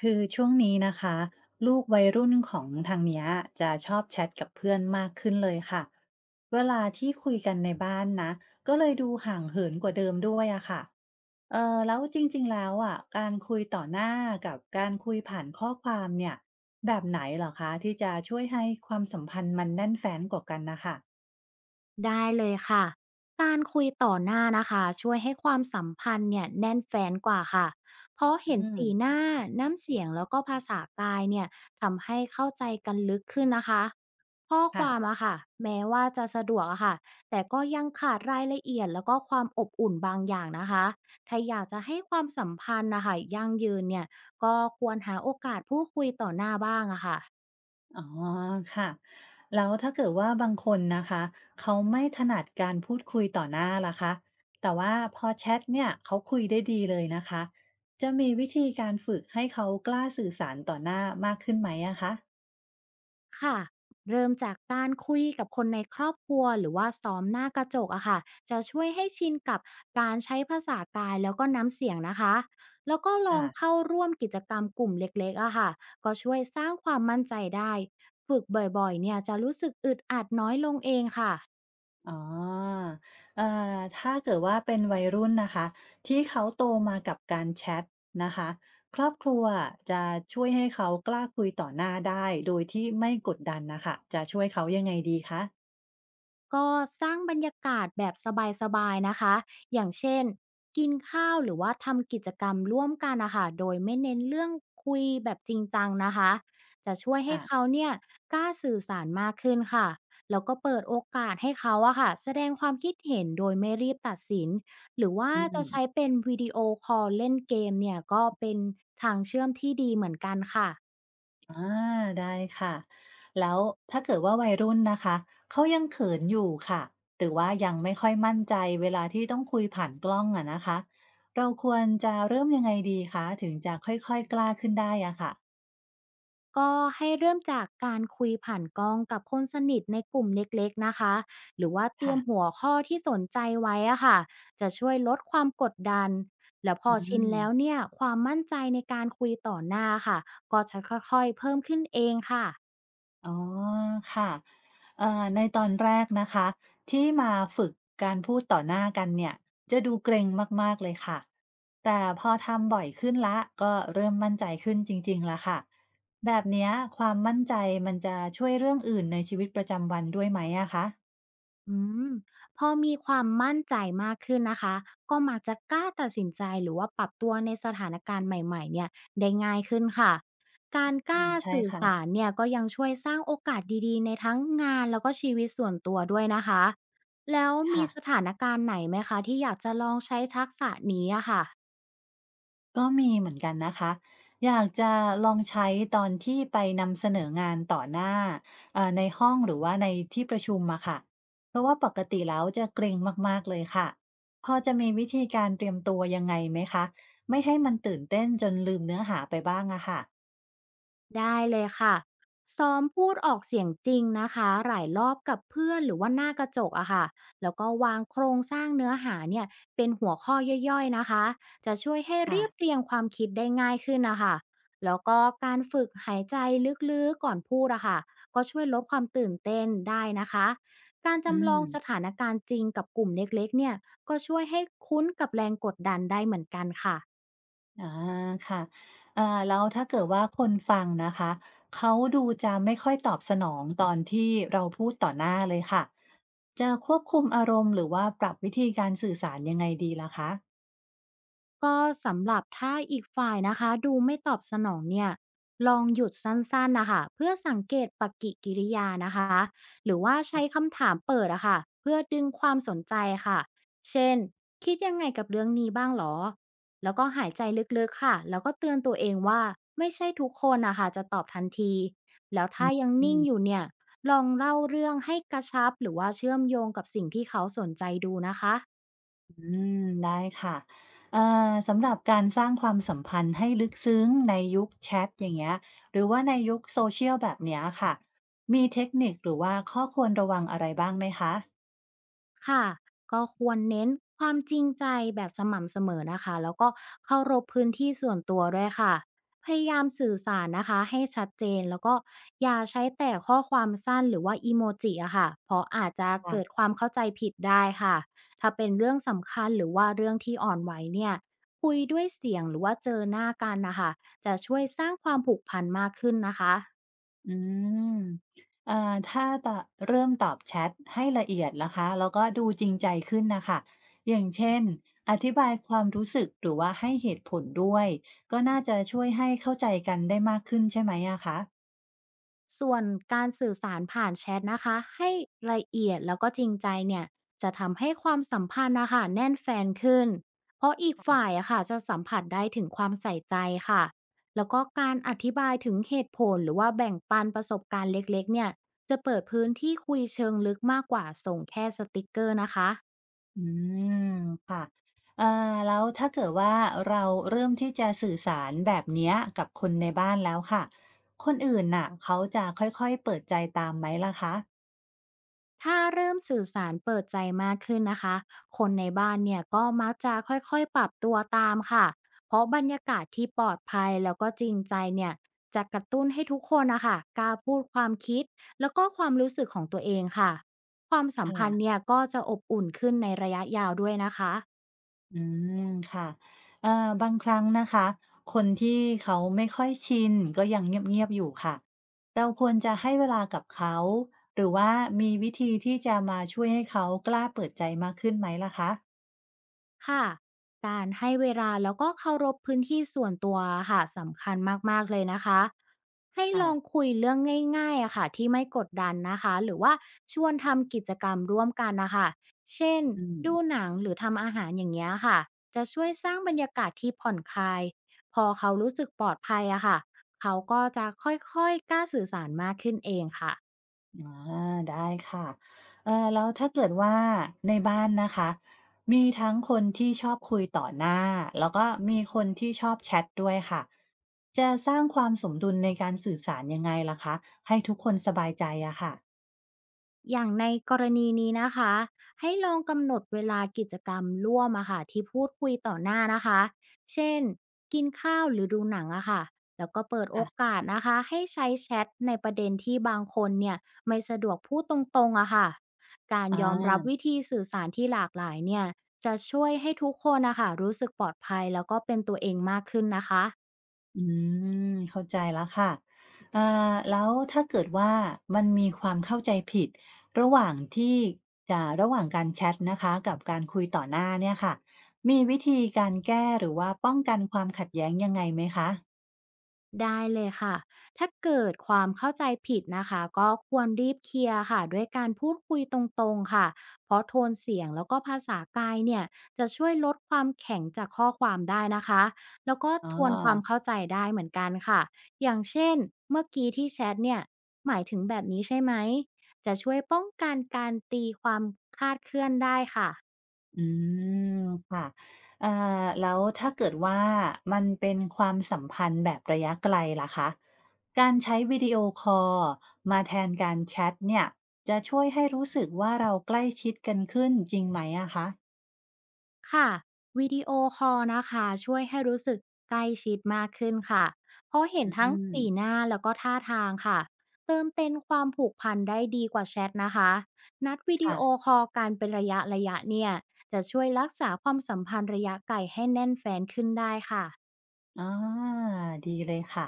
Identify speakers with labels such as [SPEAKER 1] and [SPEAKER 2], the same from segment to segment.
[SPEAKER 1] คือช่วงนี้นะคะลูกวัยรุ่นของทางเนี้ยจะชอบแชทกับเพื่อนมากขึ้นเลยค่ะเวลาที่คุยกันในบ้านนะก็เลยดูห่างเหินกว่าเดิมด้วยอะค่ะแล้วจริงๆแล้วอะการคุยต่อหน้ากับการคุยผ่านข้อความเนี่ยแบบไหนเหรอคะที่จะช่วยให้ความสัมพันธ์มันแน่นแฟ้นกว่ากันนะคะ
[SPEAKER 2] ได้เลยค่ะ การคุยต่อหน้านะคะช่วยให้ความสัมพันธ์เนี่ยแน่นแฟนกว่าค่ะเพราะเห็น
[SPEAKER 1] อืม
[SPEAKER 2] สีหน้าน้ำเสียงแล้วก็ภาษากายเนี่ยทำให้เข้าใจกันลึกขึ้นนะคะข้อค
[SPEAKER 1] ค่ะ
[SPEAKER 2] วามอะค่ะแม้ว่าจะสะดวกอะค่ะแต่ก็ยังขาดรายละเอียดแล้วก็ความอบอุ่นบางอย่างนะคะถ้าอยากจะให้ความสัมพันธ์นะคะยั่งยืนเนี่ยก็ควรหาโอกาสพูดคุยต่อหน้าบ้างอะค่ะ
[SPEAKER 1] อ๋อค่ะแล้วถ้าเกิดว่าบางคนนะคะเขาไม่ถนัดการพูดคุยต่อหน้าล่ะคะแต่ว่าพอแชทเนี่ยเขาคุยได้ดีเลยนะคะจะมีวิธีการฝึกให้เขากล้าสื่อสารต่อหน้ามากขึ้นไหมอะคะ
[SPEAKER 2] ค่ะเริ่มจากการคุยกับคนในครอบครัวหรือว่าซ้อมหน้ากระจกอะค่ะจะช่วยให้ชินกับการใช้ภาษากายแล้วก็น้ำเสียงนะคะแล้วก็ลอ
[SPEAKER 1] ค่ะ
[SPEAKER 2] งเข้าร่วมกิจกรรมกลุ่มเล็กๆอะค่ะก็ช่วยสร้างความมั่นใจได้ฝึกบ่อยๆเนี่ยจะรู้สึกอึดอัดน้อยลงเองค่ะ
[SPEAKER 1] อ๋อเอ่อถ้าเกิดว่าเป็นวัยรุ่นนะคะที่เขาโตมากับการแชทนะคะครอบครัวจะช่วยให้เขากล้าคุยต่อหน้าได้โดยที่ไม่กดดันนะคะจะช่วยเขายังไงดีคะ
[SPEAKER 2] ก็สร้างบรรยากาศแบบสบายๆนะคะ อย่างเช่นกินข้าวหรือว่าทำกิจกรรมร่วมกันนะคะโดยไม่เน้นเรื่องคุยแบบจริงจังนะคะจะช่วยให้
[SPEAKER 1] ค่ะ
[SPEAKER 2] เขาเนี่ยกล้าสื่อสารมากขึ้นค่ะ แล้วก็เปิดโอกาสให้เขาอะค่ะแสดงความคิดเห็นโดยไม่รีบตัดสินหรือว่า
[SPEAKER 1] อื
[SPEAKER 2] จะ
[SPEAKER 1] ม
[SPEAKER 2] ใช้เป็นวิดีโอคอลเล่นเกมเนี่ยก็เป็นทางเชื่อมที่ดีเหมือนกันค่ะ
[SPEAKER 1] อ่าได้ค่ะแล้วถ้าเกิดว่าวัยรุ่นนะคะเขายังเขินอยู่ค่ะหรือว่ายังไม่ค่อยมั่นใจเวลาที่ต้องคุยผ่านกล้องอะนะคะเราควรจะเริ่มยังไงดีคะถึงจะค่อยๆกล้าขึ้นได้อะค่ะ
[SPEAKER 2] ก็ให้เริ่มจากการคุยผ่านกล้องกับคนสนิทในกลุ่มเล็กๆนะคะ หรือว่าเตรีย
[SPEAKER 1] ค่ะ
[SPEAKER 2] มหัวข้อที่สนใจไว้อะค่ะ จะช่วยลดความกดดัน แล้วพ
[SPEAKER 1] อื
[SPEAKER 2] อชิน
[SPEAKER 1] ม
[SPEAKER 2] แล้วเนี่ยความมั่นใจในการคุยต่อหน้าค่ะ ก็จะค่อยๆเพิ่มขึ้นเองค่ะ
[SPEAKER 1] อ๋อค่ะในตอนแรกนะคะที่มาฝึกการพูดต่อหน้ากันเนี่ยจะดูเกรงมากๆเลยค่ะแต่พอทำบ่อยขึ้นละก็เริ่มมั่นใจขึ้นจริงๆแล้วค่ะแบบเนี้ยความมั่นใจมันจะช่วยเรื่องอื่นในชีวิตประจำวันด้วยไหมอะคะ
[SPEAKER 2] อืมพอมีความมั่นใจมากขึ้นนะคะก็มักจะกล้าตัดสินใจหรือว่าปรับตัวในสถานการณ์ใหม่ๆเนี่ยได้ง่ายขึ้นค่ะการก
[SPEAKER 1] อื
[SPEAKER 2] ล้า
[SPEAKER 1] มใช่
[SPEAKER 2] สื่อ
[SPEAKER 1] ค่ะ
[SPEAKER 2] สารเนี่ยก็ยังช่วยสร้างโอกาสดีๆในทั้งงานแล้วก็ชีวิตส่วนตัวด้วยนะคะแล้วมี
[SPEAKER 1] ค่ะ
[SPEAKER 2] สถานการณ์ไหนไหมคะที่อยากจะลองใช้ทักษะนี้อะค่ะ
[SPEAKER 1] ก็มีเหมือนกันนะคะอยากจะลองใช้ตอนที่ไปนำเสนองานต่อหน้าในห้องหรือว่าในที่ประชุมอะค่ะเพราะว่าปกติแล้วจะเกรงมากๆเลยค่ะพอจะมีวิธีการเตรียมตัวยังไงไหมคะไม่ให้มันตื่นเต้นจนลืมเนื้อหาไปบ้างอะค่ะ
[SPEAKER 2] ได้เลยค่ะซ้อมพูดออกเสียงจริงนะคะหลายรอบกับเพื่อนหรือว่าหน้ากระจกอะค่ะแล้วก็วางโครงสร้างเนื้อหาเนี่ยเป็นหัวข้อย่อยๆนะคะจะช่วยให้
[SPEAKER 1] ค่ะ
[SPEAKER 2] เรียบเรียงความคิดได้ง่ายขึ้นนะคะแล้วก็การฝึกหายใจลึกๆก่อนพูดอะค่ะก็ช่วยลดความตื่นเต้นได้นะคะการ
[SPEAKER 1] อื
[SPEAKER 2] จำลอ
[SPEAKER 1] ม
[SPEAKER 2] งสถานการณ์จริงกับกลุ่มเล็กๆเนี่ยก็ช่วยให้คุ้นกับแรงกดดันได้เหมือนกันค่ะ
[SPEAKER 1] อาค่ะเอ่าแล้วถ้าเกิดว่าคนฟังนะคะเขาดูจะไม่ค่อยตอบสนองตอนที่เราพูดต่อหน้าเลยค่ะจะควบคุมอารมณ์หรือว่าปรับวิธีการสื่อสารยังไงดีล่ะคะ
[SPEAKER 2] ก็สำหรับถ้าอีกฝ่ายนะคะดูไม่ตอบสนองเนี่ยลองหยุดสั้นๆนะคะเพื่อสังเกตปฏิกิริยานะคะหรือว่าใช้คำถามเปิดอะค่ะเพื่อดึงความสนใจค่ะเช่นคิดยังไงกับเรื่องนี้บ้างหรอแล้วก็หายใจลึกๆค่ะแล้วก็เตือนตัวเองว่าไม่ใช่ทุกคนนะคะจะตอบทันทีแล้วถ้ายัง
[SPEAKER 1] อื
[SPEAKER 2] นิ่ง
[SPEAKER 1] ม
[SPEAKER 2] อยู่เนี่ยลองเล่าเรื่องให้กระชับหรือว่าเชื่อมโยงกับสิ่งที่เขาสนใจดูนะคะ
[SPEAKER 1] อืมได้ค่ะเอ่อสำหรับการสร้างความสัมพันธ์ให้ลึกซึ้งในยุคแชทอย่างเงี้ยหรือว่าในยุคโซ o ชี a ลแบบเนี้ยค่ะมีเทคนิคหรือว่าข้อควรระวังอะไรบ้างไหมค
[SPEAKER 2] ค่ะก็ควรเน้นความจริงใจแบบสม่ำเสมอนะคะแล้วก็เคารพพื้นที่ส่วนตัวด้วยค่ะพยายามสื่อสารนะคะให้ชัดเจนแล้วก็อย่าใช้แต่ข้อความสั้นหรือว่าอีโมจิอะค่ะเพราะอาจจะ
[SPEAKER 1] ะ
[SPEAKER 2] เกิดความเข้าใจผิดได้ค่ะถ้าเป็นเรื่องสำคัญหรือว่าเรื่องที่อ่อนไหวเนี่ยคุยด้วยเสียงหรือว่าเจอหน้ากันนะคะจะช่วยสร้างความผูกพันมากขึ้นนะคะ
[SPEAKER 1] อืมอ่าถ้าตะเริ่มตอบแชทให้ละเอียดนะคะแล้วก็ดูจริงใจขึ้นนะคะอย่างเช่นอธิบายความรู้สึกหรือว่าให้เหตุผลด้วย ก็น่าจะช่วยให้เข้าใจกันได้มากขึ้นใช่ไหมอะคะ
[SPEAKER 2] ส่วนการสื่อสารผ่านแชทนะคะให้ละเอียดแล้วก็จริงใจเนี่ยจะทำให้ความสัมพันธ์นะคะแน่นแฟนขึ้นเพราะอีกฝ่ายอะค่ะจะสัมผัสได้ถึงความใส่ใจค่ะแล้วก็การอธิบายถึงเหตุผลหรือว่าแบ่งปันประสบการณ์เล็กๆเนี่ยจะเปิดพื้นที่คุยเชิงลึกมากกว่าส่งแค่สติกเกอร์นะคะ
[SPEAKER 1] อืมค่ะเอ่อแล้วถ้าเกิดว่าเราเริ่มที่จะสื่อสารแบบเนี้ยกับคนในบ้านแล้วค่ะคนอื่นน่ะเขาจะค่อยๆเปิดใจตามไหมล่ะคะ
[SPEAKER 2] ถ้าเริ่มสื่อสารเปิดใจมากขึ้นนะคะคนในบ้านเนี่ยก็มักจะค่อยๆปรับตัวตามค่ะเพราะบรรยากาศที่ปลอดภัยแล้วก็จริงใจเนี่ยจะกระตุ้นให้ทุกคนนะคะกล้าพูดความคิดแล้วก็ความรู้สึกของตัวเองค่ะความสัมพั
[SPEAKER 1] ค่ะ
[SPEAKER 2] นธ์เนี่ยก็จะอบอุ่นขึ้นในระยะยาวด้วยนะคะ
[SPEAKER 1] อืมค่ะเอ่อบางครั้งนะคะคนที่เขาไม่ค่อยชินก็ยังเงียบๆอยู่ค่ะเราควรจะให้เวลากับเขาหรือว่ามีวิธีที่จะมาช่วยให้เขากล้าเปิดใจมากขึ้นไหมล่ะคะ
[SPEAKER 2] ค่ะการให้เวลาแล้วก็เคารพพื้นที่ส่วนตัวค่ะสำคัญมากๆเลยนะคะให้
[SPEAKER 1] ค่ะ
[SPEAKER 2] ลองคุยเรื่องง่ายๆอะค่ะที่ไม่กดดันนะคะหรือว่าชวนทำกิจกรรมร่วมกันนะคะเช่น
[SPEAKER 1] อื
[SPEAKER 2] ดู
[SPEAKER 1] ม
[SPEAKER 2] หนังหรือทำอาหารอย่างเงี้ยค่ะจะช่วยสร้างบรรยากาศที่ผ่อนคลายพอเขารู้สึกปลอดภัยอะค่ะเขาก็จะค่อยๆกล้าสื่อสารมากขึ้นเองค่ะ
[SPEAKER 1] อาได้ค่ะแล้วถ้าเกิดว่าในบ้านนะคะมีทั้งคนที่ชอบคุยต่อหน้าแล้วก็มีคนที่ชอบแชทด้วยค่ะจะสร้างความสมดุลในการสื่อสารยังไงล่ะคะให้ทุกคนสบายใจอะค่ะ
[SPEAKER 2] อย่างในกรณีนี้นะคะให้ลองกำหนดเวลากิจกรรมร่วมอะค่ะที่พูดคุยต่อหน้านะคะเช่นกินข้าวหรือดูหนังอะค่ะแล้วก็เปิดโอ
[SPEAKER 1] ค่ะ
[SPEAKER 2] กาสนะคะให้ใช้แชทในประเด็นที่บางคนเนี่ยไม่สะดวกพูดตรงๆอะค่ะการ
[SPEAKER 1] อ
[SPEAKER 2] ยอมรับวิ
[SPEAKER 1] า
[SPEAKER 2] ธีสื่อสารที่หลากหลายเนี่ยจะช่วยให้ทุกคนนะคะรู้สึกปลอดภัยแล้วก็เป็นตัวเองมากขึ้นนะคะ
[SPEAKER 1] อืมเข้าใจแล้วค่ะเอ่อแล้วถ้าเกิดว่ามันมีความเข้าใจผิดระหว่างที่จะระหว่างการแชทนะคะกับการคุยต่อหน้าเนี่ยค่ะมีวิธีการแก้หรือว่าป้องกันความขัดแย้งยังไงไหมคะ
[SPEAKER 2] ได้เลยค่ะ ถ้าเกิดความเข้าใจผิดนะคะก็ควรรีบเคลียร์ค่ะด้วยการพูดคุยตรงๆค่ะเพราะโทนเสียงแล้วก็ภาษากายเนี่ยจะช่วยลดความแข็งจากข้อความได้นะคะแล้วก็
[SPEAKER 1] อ๋อ
[SPEAKER 2] ทวนความเข้าใจได้เหมือนกันค่ะ อย่างเช่นเมื่อกี้ที่แชทเนี่ยหมายถึงแบบนี้ใช่ไหมจะช่วยป้องกันการตีความคลาดเคลื่อนได้ค่ะ
[SPEAKER 1] อืมค่ะเอ่อแล้วถ้าเกิดว่ามันเป็นความสัมพันธ์แบบระยะไกลล่ะคะการใช้วิดีโอคอลมาแทนการแชตเนี่ยจะช่วยให้รู้สึกว่าเราใกล้ชิดกันขึ้นจริงไหมอะคะ
[SPEAKER 2] ค่ะวิดีโอคอลนะคะช่วยให้รู้สึกใกล้ชิดมากขึ้นค่ะเพราะเห็
[SPEAKER 1] อื
[SPEAKER 2] นทั้ง
[SPEAKER 1] ม
[SPEAKER 2] สีหน้าแล้วก็ท่าทางค่ะเติมเต็มความผูกพันได้ดีกว่าแชทนะคะนัดวิดีโอ
[SPEAKER 1] ค่ะ
[SPEAKER 2] คอลการเป็นระยะเนี่ยจะช่วยรักษาความสัมพันธ์ระยะไกลให้แน่นแฟนขึ้นได้ค่ะ
[SPEAKER 1] อาดีเลยค่ะ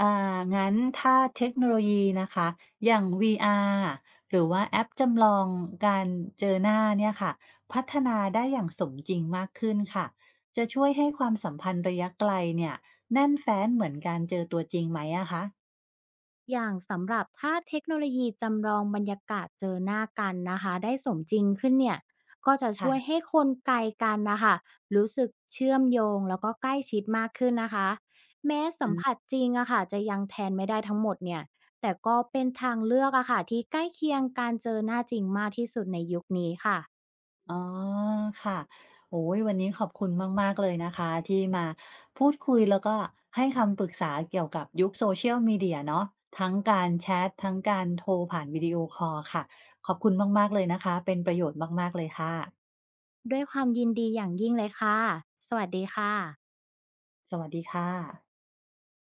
[SPEAKER 1] อ่างั้นถ้าเทคโนโลยีนะคะ อย่าง VR หรือว่าแอปจำลองการเจอหน้าเนี่ยค่ะ พัฒนาได้อย่างสมจริงมากขึ้นค่ะ จะช่วยให้ความสัมพันธ์ระยะไกลเนี่ยแน่นแฟ้นเหมือนการเจอตัวจริงไหมอะคะ
[SPEAKER 2] อย่างสำหรับถ้าเทคโนโลยีจำลองบรรยากาศเจอหน้ากันนะคะได้สมจริงขึ้นเนี่ยก็จะช่วย
[SPEAKER 1] ค่ะ
[SPEAKER 2] ให้คนไกลกันนะคะรู้สึกเชื่อมโยงแล้วก็ใกล้ชิดมากขึ้นนะคะแม้สัม
[SPEAKER 1] อื
[SPEAKER 2] ผั
[SPEAKER 1] ม
[SPEAKER 2] สจริงอะค่ะจะยังแทนไม่ได้ทั้งหมดเนี่ยแต่ก็เป็นทางเลือกอะค่ะที่ใกล้เคียงการเจอหน้าจริงมากที่สุดในยุคนี้ค่ะ
[SPEAKER 1] อ๋อค่ะโอ้ยวันนี้ขอบคุณมากๆเลยนะคะที่มาพูดคุยแล้วก็ให้คำปรึกษาเกี่ยวกับยุคโซเชียลมีเดียเนาะทั้งการแชตทั้งการโทรผ่านวิดีโอคอลค่ะขอบคุณมากๆเลยนะคะเป็นประโยชน์มากๆเลยค่ะ
[SPEAKER 2] ด้วยความยินดีอย่างยิ่งเลยค่ะสวัสดีค่ะ
[SPEAKER 1] สวัสดีค่ะ